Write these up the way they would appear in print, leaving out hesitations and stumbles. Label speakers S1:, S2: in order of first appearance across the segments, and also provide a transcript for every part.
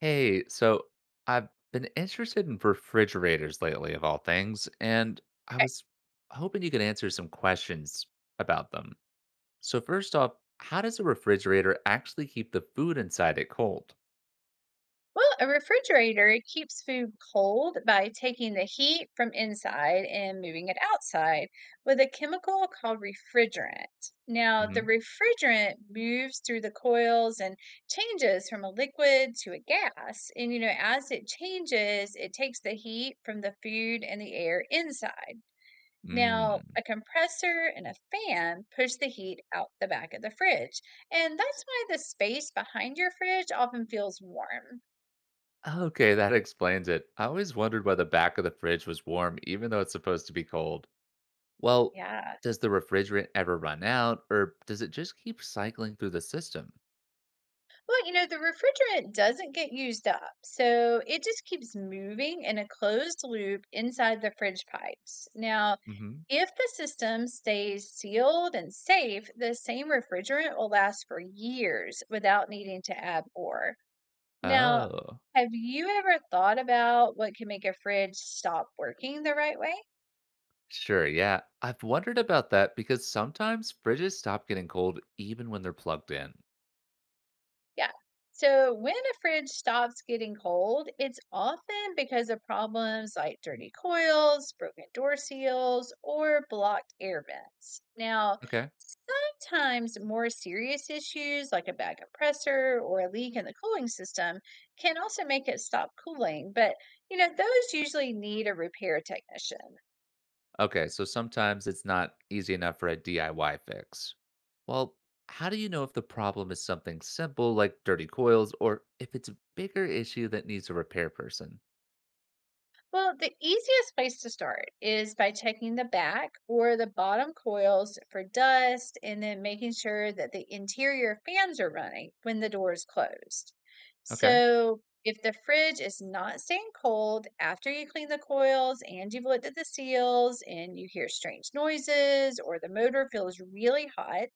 S1: Hey, so I've been interested in refrigerators lately, of all things, and I
S2: Okay.
S1: was hoping you could answer some questions about them. So, first off, how does a refrigerator actually keep the food inside it cold?
S2: Well, a refrigerator it keeps food cold by taking the heat from inside and moving it outside with a chemical called refrigerant. Now, the
S1: Hmm.
S2: refrigerant moves through the coils and changes from a liquid to a gas. And, you know, as it changes, it takes the heat from the food and the air inside. Now,
S1: Mm.
S2: a compressor and a fan push the heat out the back of the fridge. And that's why the space behind your fridge often feels warm.
S1: Okay, that explains it. I always wondered why the back of the fridge was warm, even though it's supposed to be cold. Well,
S2: Yeah.
S1: does the refrigerant ever run out, or does it just keep cycling through the system?
S2: Well, you know, the refrigerant doesn't get used up, so it just keeps moving in a closed loop inside the fridge pipes. Now,
S1: Hmm.
S2: if the system stays sealed and safe, the same refrigerant will last for years without needing to add more. Now,
S1: Oh.
S2: have you ever thought about what can make a fridge stop working the right way?
S1: Sure, yeah. I've wondered about that because sometimes fridges stop getting cold even when they're plugged in.
S2: Yeah. So when a fridge stops getting cold, it's often because of problems like dirty coils, broken door seals, or blocked air vents. Now,
S1: Okay.
S2: sometimes more serious issues like a bad compressor or a leak in the cooling system can also make it stop cooling, but you know, those usually need a repair technician.
S1: Okay, so sometimes it's not easy enough for a DIY fix. Well, how do you know if the problem is something simple like dirty coils or if it's a bigger issue that needs a repair person?
S2: Well, the easiest place to start is by checking the back or the bottom coils for dust and then making sure that the interior fans are running when the door is closed.
S1: Okay.
S2: So, if the fridge is not staying cold after you clean the coils and you've looked at the seals and you hear strange noises or the motor feels really hot,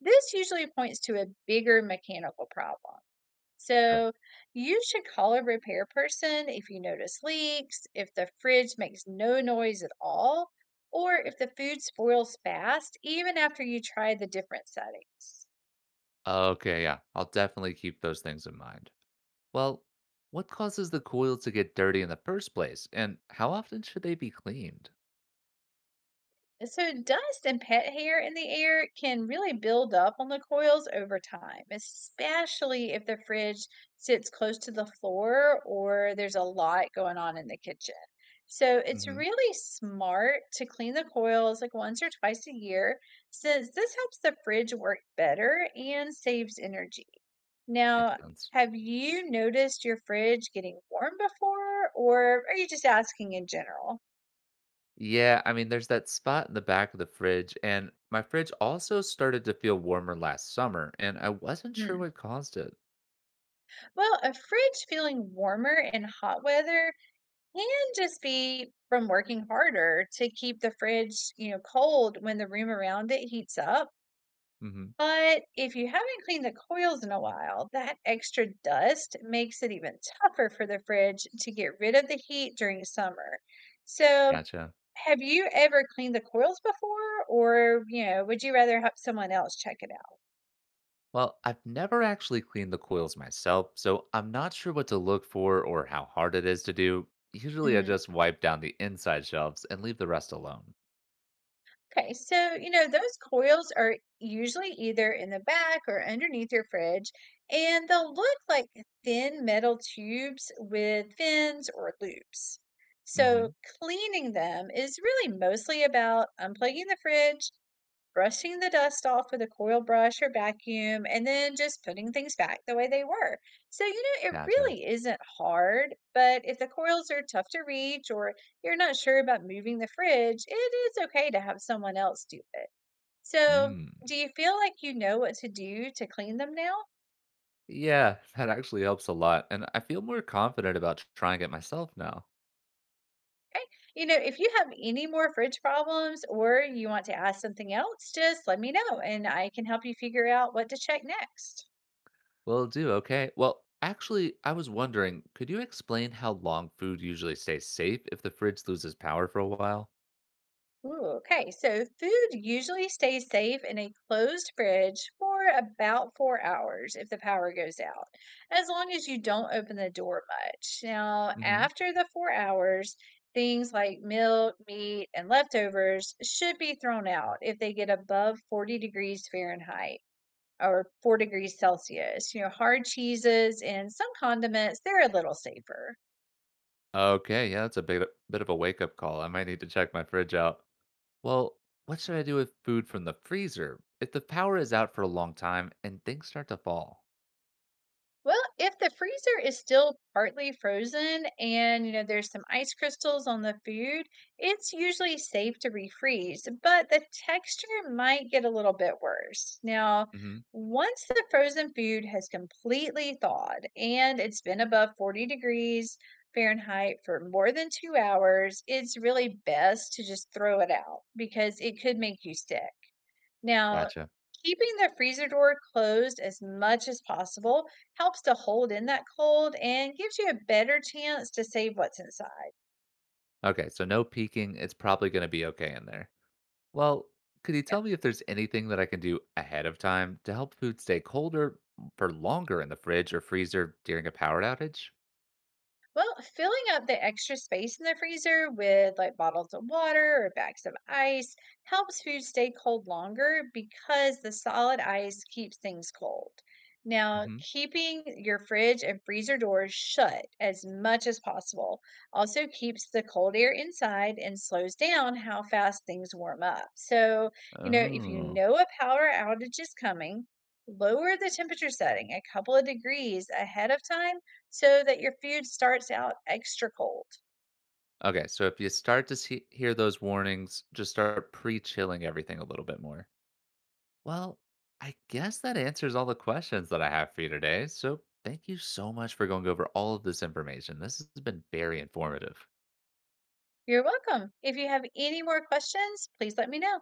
S2: this usually points to a bigger mechanical problem.
S1: Sure.
S2: So you should call a repair person if you notice leaks, if the fridge makes no noise at all, or if the food spoils fast, even after you try the different settings.
S1: Okay, yeah. I'll definitely keep those things in mind. Well, what causes the coils to get dirty in the first place and how often should they be cleaned?
S2: So, dust and pet hair in the air can really build up on the coils over time, especially if the fridge sits close to the floor or there's a lot going on in the kitchen. So, it's
S1: Mhm.
S2: really smart to clean the coils like once or twice a year, since this helps the fridge work better and saves energy.
S1: Makes
S2: Now,
S1: sense.
S2: have you noticed your fridge getting warm before, or are you just asking in general?
S1: Yeah, I mean, there's that spot in the back of the fridge, and my fridge also started to feel warmer last summer, and I wasn't sure what caused it.
S2: Well, a fridge feeling warmer in hot weather can just be from working harder to keep the fridge, you know, cold when the room around it heats up.
S1: Hmm.
S2: But if you haven't cleaned the coils in a while, that extra dust makes it even tougher for the fridge to get rid of the heat during summer. So,
S1: Gotcha.
S2: have you ever cleaned the coils before, or, you know, would you rather have someone else check it out?
S1: Well, I've never actually cleaned the coils myself, so I'm not sure what to look for or how hard it is to do. Usually, I
S2: Mm.
S1: just wipe down the inside shelves and leave the rest alone.
S2: Okay, so you know, those coils are usually either in the back or underneath your fridge, and they'll look like thin metal tubes with fins or loops. So,
S1: Hmm.
S2: cleaning them is really mostly about unplugging the fridge brushing the dust off with a coil brush or vacuum, and then just putting things back the way they were. So, you know, it
S1: Gotcha.
S2: really isn't hard, but if the coils are tough to reach or you're not sure about moving the fridge, it is okay to have someone else do it. So,
S1: Mm.
S2: do you feel like you know what to do to clean them now?
S1: Yeah, that actually helps a lot, and I feel more confident about trying it myself now.
S2: Okay. You know, if you have any more fridge problems or you want to ask something else, just let me know and I can help you figure out what to check next.
S1: Will do. Okay. Well, actually, I was wondering, could you explain how long food usually stays safe if the fridge loses power for a while?
S2: Ooh, okay, so food usually stays safe in a closed fridge for about 4 hours if the power goes out, as long as you don't open the door much. Now,
S1: Hmm.
S2: after the 4 hours, things like milk, meat, and leftovers should be thrown out if they get above 40 degrees Fahrenheit or 4 degrees Celsius. You know, hard cheeses and some condiments, they're a little safer.
S1: Okay, yeah, that's a bit of a wake up call. I might need to check my fridge out. Well, what should I do with food from the freezer if the power is out for a long time and things start to fall?
S2: Well, if the freezer is still partly frozen and you know there's some ice crystals on the food, it's usually safe to refreeze, but the texture might get a little bit worse. Now,
S1: Hmm.
S2: once the frozen food has completely thawed and it's been above 40 degrees Fahrenheit for more than 2 hours, it's really best to just throw it out because it could make you sick. Now,
S1: Gotcha.
S2: keeping the freezer door closed as much as possible helps to hold in that cold and gives you a better chance to save what's inside.
S1: Okay, so no peeking. It's probably going to be okay in there. Well, could you tell me if there's anything that I can do ahead of time to help food stay colder for longer in the fridge or freezer during a power outage?
S2: Well, filling up the extra space in the freezer with like bottles of water or bags of ice helps food stay cold longer because the solid ice keeps things cold. Now,
S1: Hmm.
S2: keeping your fridge and freezer doors shut as much as possible also keeps the cold air inside and slows down how fast things warm up. So, you know, if you
S1: Oh,
S2: know a power outage is coming, lower the temperature setting a couple of degrees ahead of time so that your food starts out extra cold.
S1: Okay, so if you start to see, hear those warnings, just start pre chilling everything a little bit more. Well, I guess that answers all the questions that I have for you today. So thank you so much for going over all of this information. This has been very informative.
S2: You're welcome. If you have any more questions, please let me know.